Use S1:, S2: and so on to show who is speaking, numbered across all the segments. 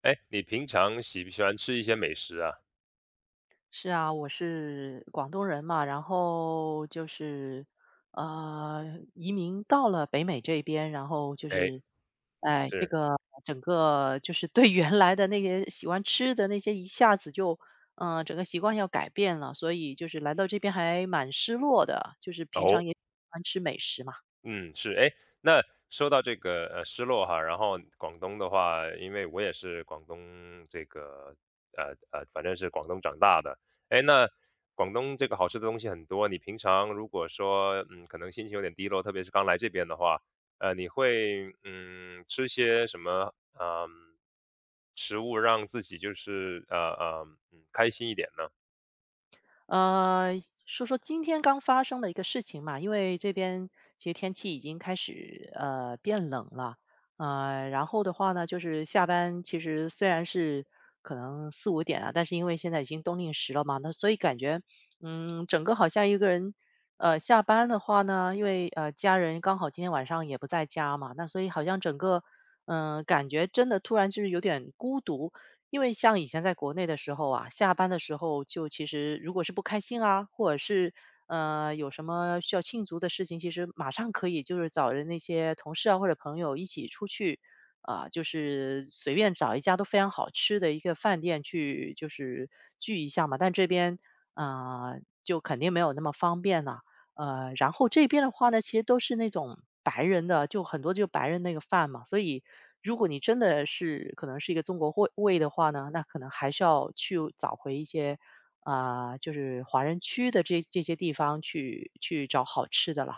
S1: 哎，你平常喜不喜欢吃一些美食啊？
S2: 是啊，我是广东人嘛，然后就是，移民到了北美这边，然后就
S1: 哎，
S2: 是，哎，这
S1: 是，
S2: 个整个就是对原来的那些喜欢吃的那些，一下子就，整个习惯要改变了，所以就是来到这边还蛮失落的，就是平常
S1: 哦，
S2: 也喜欢吃美食嘛。
S1: 嗯，是，哎，那说到这个失落哈。然后广东的话，因为我也是广东这个反正是广东长大的。哎，那广东这个好吃的东西很多，你平常如果说可能心情有点低落，特别是刚来这边的话，你会吃些什么食物让自己就是开心一点呢？
S2: 说说今天刚发生的一个事情嘛，因为这边其实天气已经开始变冷了，然后的话呢，就是下班其实虽然是可能四五点啊，但是因为现在已经冬令时了嘛，那所以感觉嗯，整个好像一个人下班的话呢，因为家人刚好今天晚上也不在家嘛，那所以好像整个感觉真的突然就是有点孤独，因为像以前在国内的时候啊，下班的时候就其实如果是不开心啊，或者是有什么需要庆祝的事情，其实马上可以就是找人那些同事啊或者朋友一起出去啊、就是随便找一家都非常好吃的一个饭店去就是聚一下嘛。但这边啊、就肯定没有那么方便了、然后这边的话呢，其实都是那种白人的，就很多就白人那个饭嘛，所以如果你真的是可能是一个中国胃的话呢，那可能还是要去找回一些啊、就是华人区的这些地方去找好吃的了。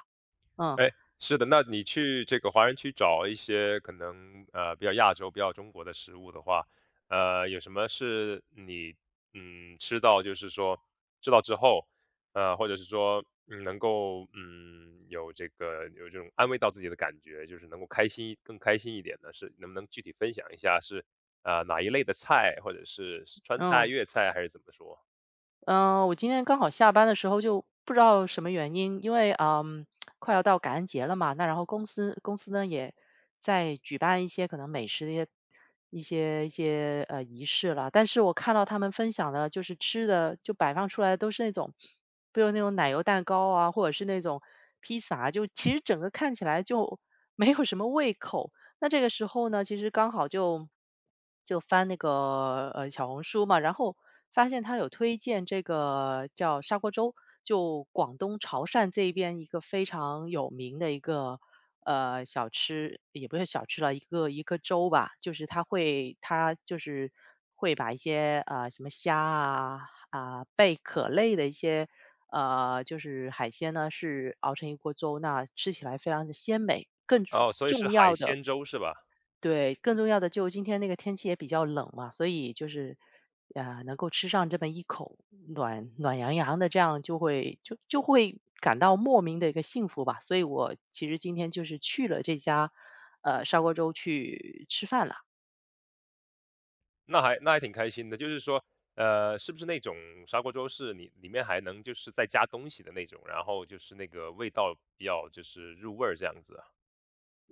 S2: 嗯
S1: 哎，是的。那你去这个华人区找一些可能比较亚洲、比较中国的食物的话，有什么是你吃到就是说吃到之后，或者是说能够有这个有这种安慰到自己的感觉，就是能够更开心一点的是，能不能具体分享一下是哪一类的菜，或者是川菜、
S2: 嗯。
S1: 粤菜还是怎么说？
S2: 嗯，我今天刚好下班的时候就不知道什么原因，因为嗯，快要到感恩节了嘛，那然后公司呢也在举办一些可能美食的一些仪式了，但是我看到他们分享的就是吃的，就摆放出来的都是那种，比如那种奶油蛋糕啊，或者是那种披萨啊就其实整个看起来就没有什么胃口，那这个时候呢，其实刚好就翻那个，小红书嘛，然后发现他有推荐这个叫砂锅粥，就广东潮汕这边一个非常有名的一个，小吃，也不是小吃了，一个粥吧。就是他就是会把一些，什么虾啊，啊，贝壳类的一些，就是海鲜呢，是熬成一锅粥，那吃起来非常的鲜美。更主
S1: 哦，所以是
S2: 重
S1: 海
S2: 要的
S1: 鲜粥是吧？
S2: 对，更重要的就今天那个天气也比较冷嘛，所以就是，能够吃上这么一口暖暖洋洋的，这样就会感到莫名的一个幸福吧。所以我其实今天就是去了这家，砂锅粥去吃饭了。
S1: 那还还挺开心的。就是说，是不是那种砂锅粥是你里面还能就是再加东西的那种，然后就是那个味道比较就是入味儿这样子啊？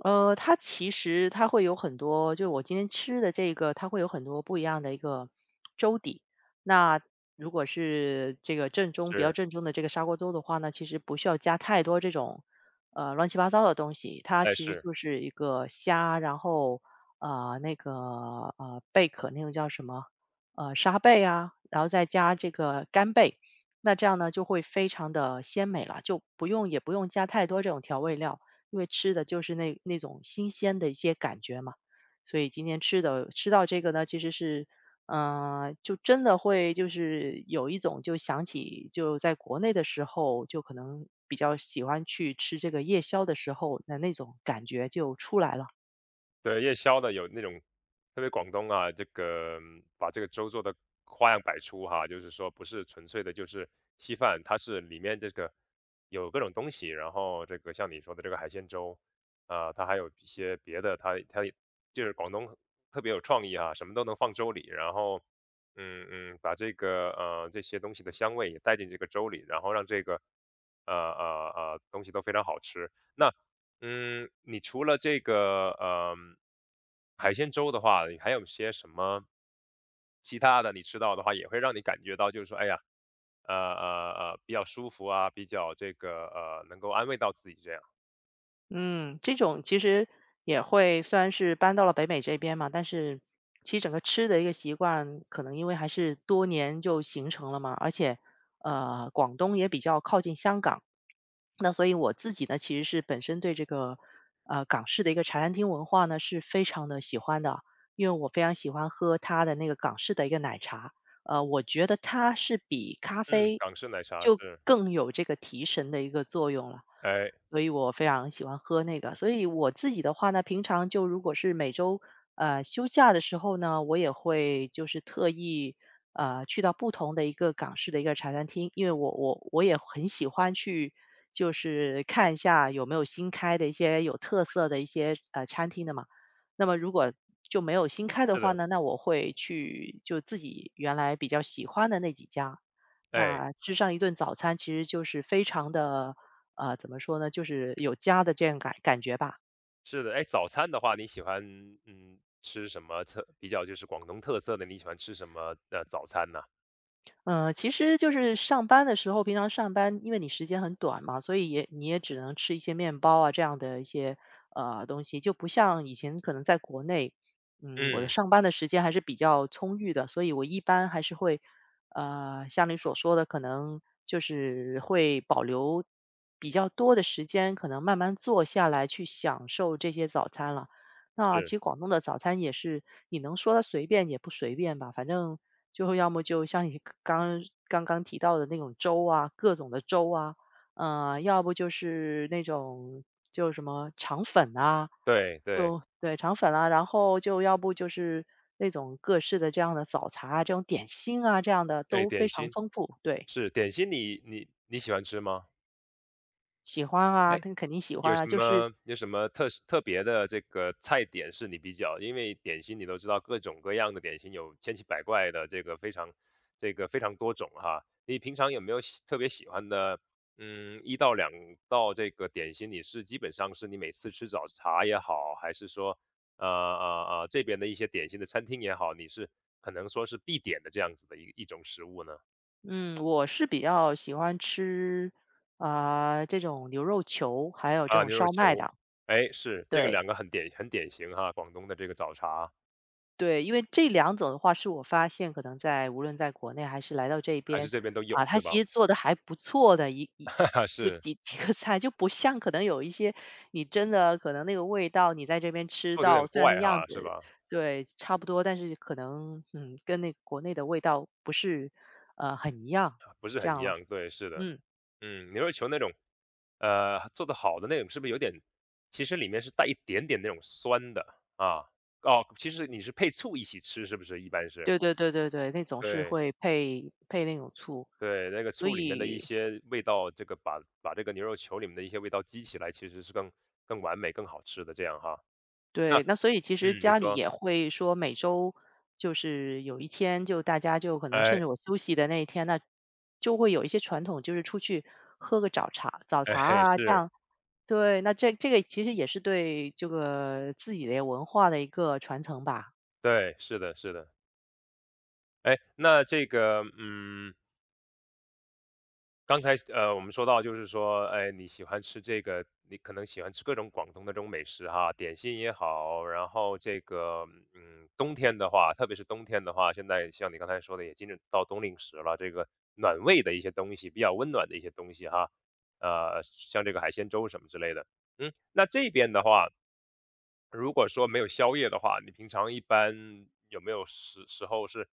S2: 它其实它会有很多，就我今天吃的这个，它会有很多不一样的一个粥底。那如果是这个正宗比较
S1: 是，
S2: 正宗的这个砂锅粥的话呢，其实不需要加太多这种乱七八糟的东西，它
S1: 哎，
S2: 其实
S1: 是。
S2: 就是一个虾，然后那个贝壳那个叫什么沙贝啊，然后再加这个干贝，那这样呢就会非常的鲜美了，就不用也不用加太多这种调味料。因为吃的就是那种新鲜的一些感觉嘛。所以今天吃到这个呢，其实是，就真的会就是有一种就想起就在国内的时候，就可能比较喜欢去吃这个夜宵的时候的那种感觉就出来了。
S1: 对，夜宵的有那种，特别广东啊，这个把这个粥做的花样百出哈。就是说不是纯粹的就是稀饭，它是里面这个有各种东西。然后这个像你说的这个海鲜粥，啊、它还有一些别的。它就是广东特别有创意啊，什么都能放粥里。然后嗯嗯，把这个这些东西的香味也带进这个粥里，然后让这个东西都非常好吃。那嗯，你除了这个海鲜粥的话，你还有些什么其他的？你吃到的话，也会让你感觉到，就是说，哎呀，比较舒服啊，比较这个能够安慰到自己这样。
S2: 嗯，这种其实也会虽然是搬到了北美这边嘛，但是其实整个吃的一个习惯，可能因为还是多年就形成了嘛，而且，广东也比较靠近香港。那所以我自己呢，其实是本身对这个港式的一个茶餐厅文化呢是非常的喜欢的，因为我非常喜欢喝它的那个港式的一个奶茶，我觉得它是比咖
S1: 嗯，
S2: 啡
S1: 港式奶茶
S2: 就
S1: 是，
S2: 更有这个提神的一个作用了。
S1: 哎，
S2: 所以我非常喜欢喝那个。所以我自己的话呢，平常就如果是每周休假的时候呢，我也会就是特意去到不同的一个港式的一个茶餐厅，因为我也很喜欢去就是看一下有没有新开的一些有特色的一些餐厅的嘛。那么如果就没有新开的
S1: 是
S2: 话
S1: 的。
S2: 呢，那我会去就自己原来比较喜欢的那几家，
S1: 哎，
S2: 那吃上一顿早餐其实就是非常的，怎么说呢，就是有家的这样感觉吧。
S1: 是的。哎，早餐的话，你喜欢吃什么比较就是广东特色的？你喜欢吃什么早餐呢？
S2: 嗯，其实就是上班的时候平常上班，因为你时间很短嘛，所以也你也只能吃一些面包啊，这样的一些，东西。就不像以前可能在国内，嗯，我的
S1: 嗯，
S2: 上班的时间还是比较充裕的，所以我一般还是会，像你所说的，可能就是会保留比较多的时间，可能慢慢坐下来去享受这些早餐了。那其
S1: 是，
S2: 实广东的早餐也是，你能说它随便也不随便吧，反正就要么就像你刚刚提到的那种粥啊，各种的粥啊，要不就是那种就什么肠粉啊，
S1: 对对。
S2: 就对肠粉啊，然后就要不就是那种各式的这样的早茶啊，这种点心啊，这样的
S1: 哎，
S2: 都非
S1: 点
S2: 常
S1: 心
S2: 丰富。对，
S1: 是你你喜欢吃吗？
S2: 喜欢啊，
S1: 哎，
S2: 他肯定喜欢
S1: 有
S2: 啊，
S1: 什
S2: 就是
S1: 么特别的这个菜点是你比较点心你都知道各种各样的点心有千奇百怪的，这个非常多种哈。你平常有没有特别喜欢的，嗯一到两道这个点心，你是基本上是你每次吃早茶也好，还是说，这边的一些点心的餐厅也好，你是可能说是必点的这样子的一种食物呢？
S2: 嗯，我是比较喜欢吃，啊、这种牛肉球，还有这
S1: 啊，
S2: 种
S1: 牛肉
S2: 烧麦
S1: 球，
S2: 的。
S1: 哎，是。这个
S2: 对
S1: 两个很典型哈，广东的这个早茶。
S2: 对，因为这两种的话，是我发现可能在无论在国内还是来到这
S1: 还是
S2: 边
S1: 这边都有
S2: 啊、它
S1: 是吧？
S2: 其实做的还不错的就
S1: 是，
S2: 几个菜，就不像可能有一些你真的可能那个味道，你在这边吃
S1: 做的有
S2: 到
S1: 点
S2: 虽然那
S1: 怪
S2: 样
S1: 哈，是
S2: 子
S1: 吧？
S2: 对差不多，但是可能嗯跟那个国内的味道不是很一样，
S1: 不是
S2: 这
S1: 很一
S2: 样了，
S1: 样，对，是的。
S2: 嗯。
S1: 嗯，牛肉球那种，做的好的那种是不是有点其实里面是带一点点那种酸的？啊。哦，其实你是配醋一起吃是不是一般是？
S2: 对对对对对，那种是
S1: 对，
S2: 会配那种醋，
S1: 对，那个
S2: 所
S1: 醋里面的一
S2: 以
S1: 些味道，这个把这个牛肉球里面的一些味道激起来，其实是更完美、更好吃的这样哈。那
S2: 对，那所以其实
S1: 嗯，你
S2: 家里
S1: 说，
S2: 也会说每周就是有一天，就大家就可能趁
S1: 哎，
S2: 着我休息的那一天，那就会有一些传统，就是出去喝个早茶，早
S1: 哎，
S2: 茶啊，这
S1: 是，
S2: 样。对，那这这个其实也是对这个自己的文化的一个传承吧。
S1: 对，是的，是的。哎，那这个，嗯，刚才我们说到就是说，哎，你喜欢吃这个，你可能喜欢吃各种广东的这种美食哈，点心也好。然后这个，嗯，冬天的话，特别是冬天的话，现在像你刚才说的，也进入到冬令时了。这个暖胃的一些东西，比较温暖的一些东西哈，像这个海鲜粥什么之类的。嗯，那这边的话，如果说没有宵夜的话，你平常一般有没有时候是，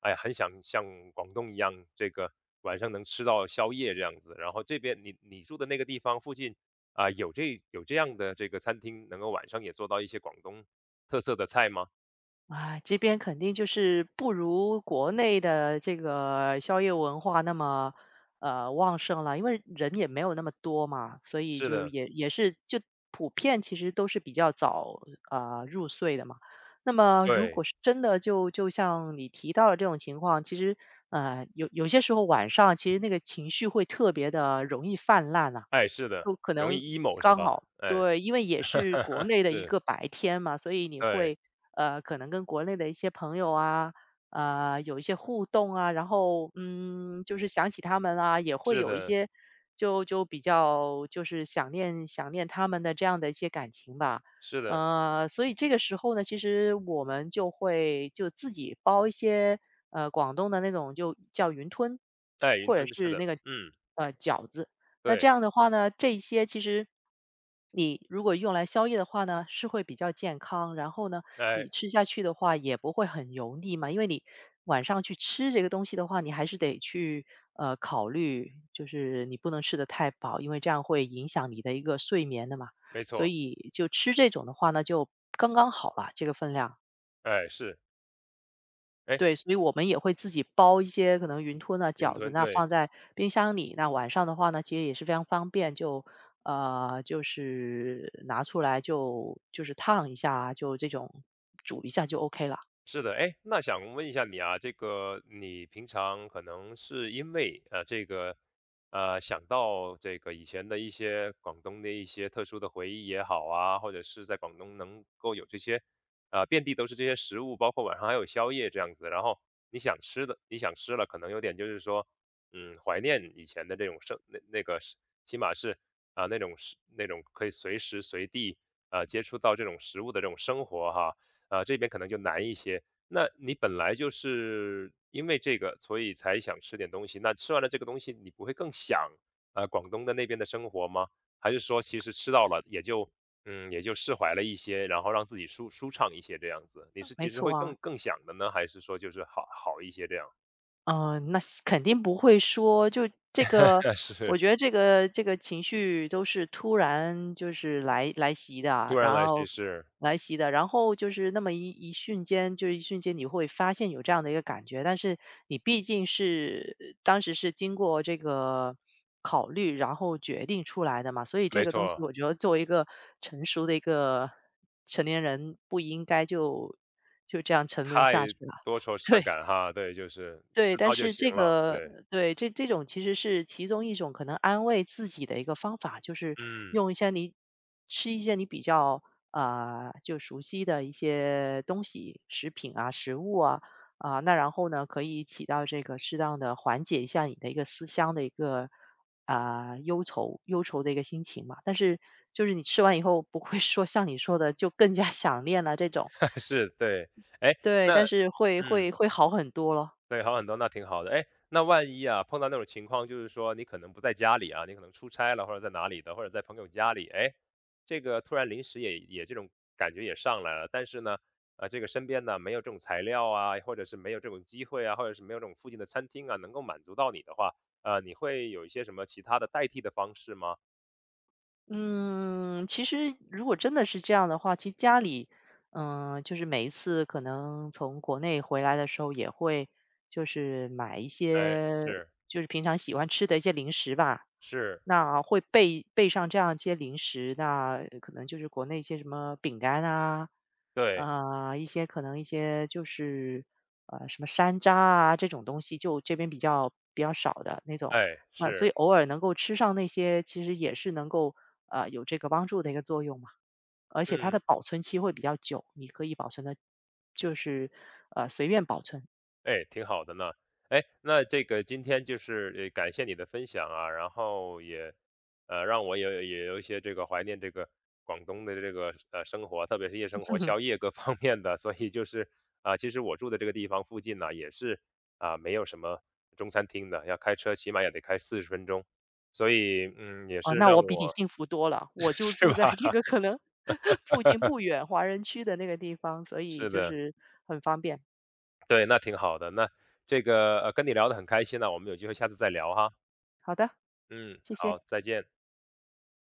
S1: 哎呀，很想像广东一样，这个晚上能吃到宵夜这样子？然后这边你住的那个地方附近啊，有有这样的这个餐厅，能够晚上也做到一些广东特色的菜吗？
S2: 啊，这边肯定就是不如国内的这个宵夜文化那么旺盛了，因为人也没有那么多嘛，所以
S1: 是
S2: 就是
S1: 的，
S2: 也是就普遍其实都是比较早啊、入睡的嘛。那么如果
S1: 对。
S2: 是真的就像你提到的这种情况，其实有些时候晚上其实那个情绪会特别的容易泛滥啊。
S1: 哎，是的，
S2: 就可
S1: 容
S2: 能
S1: 易 emo 是
S2: 刚
S1: 吧？
S2: 好
S1: 哎，
S2: 对，因为也是国 内的一
S1: 是，
S2: 个白天嘛，所以你
S1: 对，
S2: 会，可能跟国内的一些朋友啊，有一些互动啊，然后，嗯，就是想起他们啊，也会
S1: 是
S2: 有一
S1: 的，
S2: 些就比较就是想念想念他们的这样的一些感情吧。
S1: 是的。
S2: 所以这个时候呢，其实我们就会就自己包一些，广东的那种就叫云吞，
S1: 哎，云
S2: 或者
S1: 吞是
S2: 是
S1: 的，
S2: 那个，
S1: 嗯，
S2: 饺子。那这
S1: 对。
S2: 样的话呢，这些其实你如果用来宵夜的话呢，是会比较健康，然后呢，
S1: 哎，
S2: 你吃下去的话也不会很油腻嘛，因为你晚上去吃这个东西的话，你还是得去考虑，就是你不能吃的太饱，因为这样会影响你的一个睡眠的嘛。
S1: 没
S2: 所
S1: 错。
S2: 以就吃这种的话呢，就刚刚好了这个分量。
S1: 哎，是。哎，
S2: 对，所以我们也会自己包一些可能云吞啊、
S1: 云
S2: 饺子，
S1: 吞，
S2: 那
S1: 对。
S2: 放在冰箱里。那晚上的话呢，其实也是非常方便，就就是拿出来就是烫一下啊就这种煮一下就 OK 了。
S1: 是的。哎，那想问一下你啊，这个你平常可能是因为这个想到这个以前的一些广东的一些特殊的回忆也好啊，或者是在广东能够有这些遍地都是这些食物，包括晚上还有宵夜这样子。然后你想吃的你想吃了，可能有点就是说怀念以前的这种那个是起码是啊、那种可以随时随地接触到这种食物的这种生活哈。啊，这边可能就难一些。那你本来就是因为这个，所以才想吃点东西，那吃完了这个东西，你不会更想广东的那边的生活吗？还是说其实吃到了也就也就释怀了一些，然后让自己舒畅一些这样子？你是
S2: 没
S1: 其实
S2: 错
S1: 会
S2: 啊，
S1: 更想的呢，还是说就是好一些这样？
S2: 嗯，那是肯定不会说，就这个，我
S1: 是，
S2: 觉得这个情绪都是突然就是来袭的啊，
S1: 突然
S2: 然
S1: 来句
S2: 后
S1: 是，
S2: 来袭的，然后就是那么一瞬间，就是一瞬间你会发现有这样的一个感觉，但是你毕竟是当时是经过这个考虑，然后决定出来的嘛，所以这
S1: 没
S2: 个东西
S1: 错。
S2: 我觉得作为一个成熟的一个成年人，不应该就这样沉沦
S1: 太
S2: 下去了，
S1: 多愁 善
S2: 对。
S1: 感哈，对，就是
S2: 对，
S1: 知
S2: 但
S1: 道就
S2: 是
S1: 行
S2: 这
S1: 了，
S2: 个
S1: 对，
S2: 对，这种其实是其中一种可能安慰自己的一个方法，就是
S1: 嗯，
S2: 用一些你吃一些你比较啊、就熟悉的一些东西、食品啊、食物啊啊、那然后呢，可以起到这个适当的缓解一下你的一个思乡的一个啊、忧愁的一个心情嘛。但是就是你吃完以后不会说像你说的就更加 想念了这种，
S1: 是，对。哎，
S2: 对，
S1: 那
S2: 但是会
S1: 嗯。
S2: 会会好很多咯。
S1: 对，好很多，那挺好的。哎，那万一啊，碰到那种情况，就是说你可能不在家里啊，你可能出差了，或者在哪里的，或者在朋友家里，哎，这个突然临时也这种感觉也上来了。但是呢，这个身边呢没有这种材料啊，或者是没有这种机会啊，或者是没有这种附近的餐厅啊，能够满足到你的话，你会有一些什么其他的代替的方式吗？
S2: 嗯，其实如果真的是这样的话，其实家里，嗯，就是每一次可能从国内回来的时候，也会就是买一
S1: 哎，
S2: 些
S1: 是
S2: 就是平常喜欢吃的一些零食吧。
S1: 是，
S2: 那会备上这样一些零食，那可能就是国内一些什么饼干啊，
S1: 对，
S2: 啊、一些可能一些就是什么山楂啊这种东西，就这边比较少的那种。
S1: 哎，
S2: 啊，所
S1: 是，
S2: 以偶尔能够吃上那些，其实也是能够有这个帮助的一个作用嘛。而且它
S1: 嗯。
S2: 的保存期会比较久，你可以保存的，就是随便保存。
S1: 哎，挺好的呢。哎，那这个今天就是感谢你的分享啊。然后也让我也有一些这个怀念这个广东的这个生活，特别是夜生活、宵夜各 方面的。所以就是啊、其实我住的这个地方附近呢、也是啊、没有什么中餐厅的，要开车起码也得开40分钟。所以嗯，也
S2: 啊，
S1: 是
S2: 那我
S1: 让
S2: 比你
S1: 我
S2: 幸福多了，我就
S1: 是
S2: 住
S1: 吧？
S2: 在这个可能 附近不远华人区的那个地方，所以
S1: 是
S2: 就
S1: 的，
S2: 是很方便。
S1: 对，那挺好的。那这个跟你聊得很开心呢、我们有机会下次再聊哈。
S2: 好的，
S1: 嗯，
S2: 谢谢。
S1: 好，再见。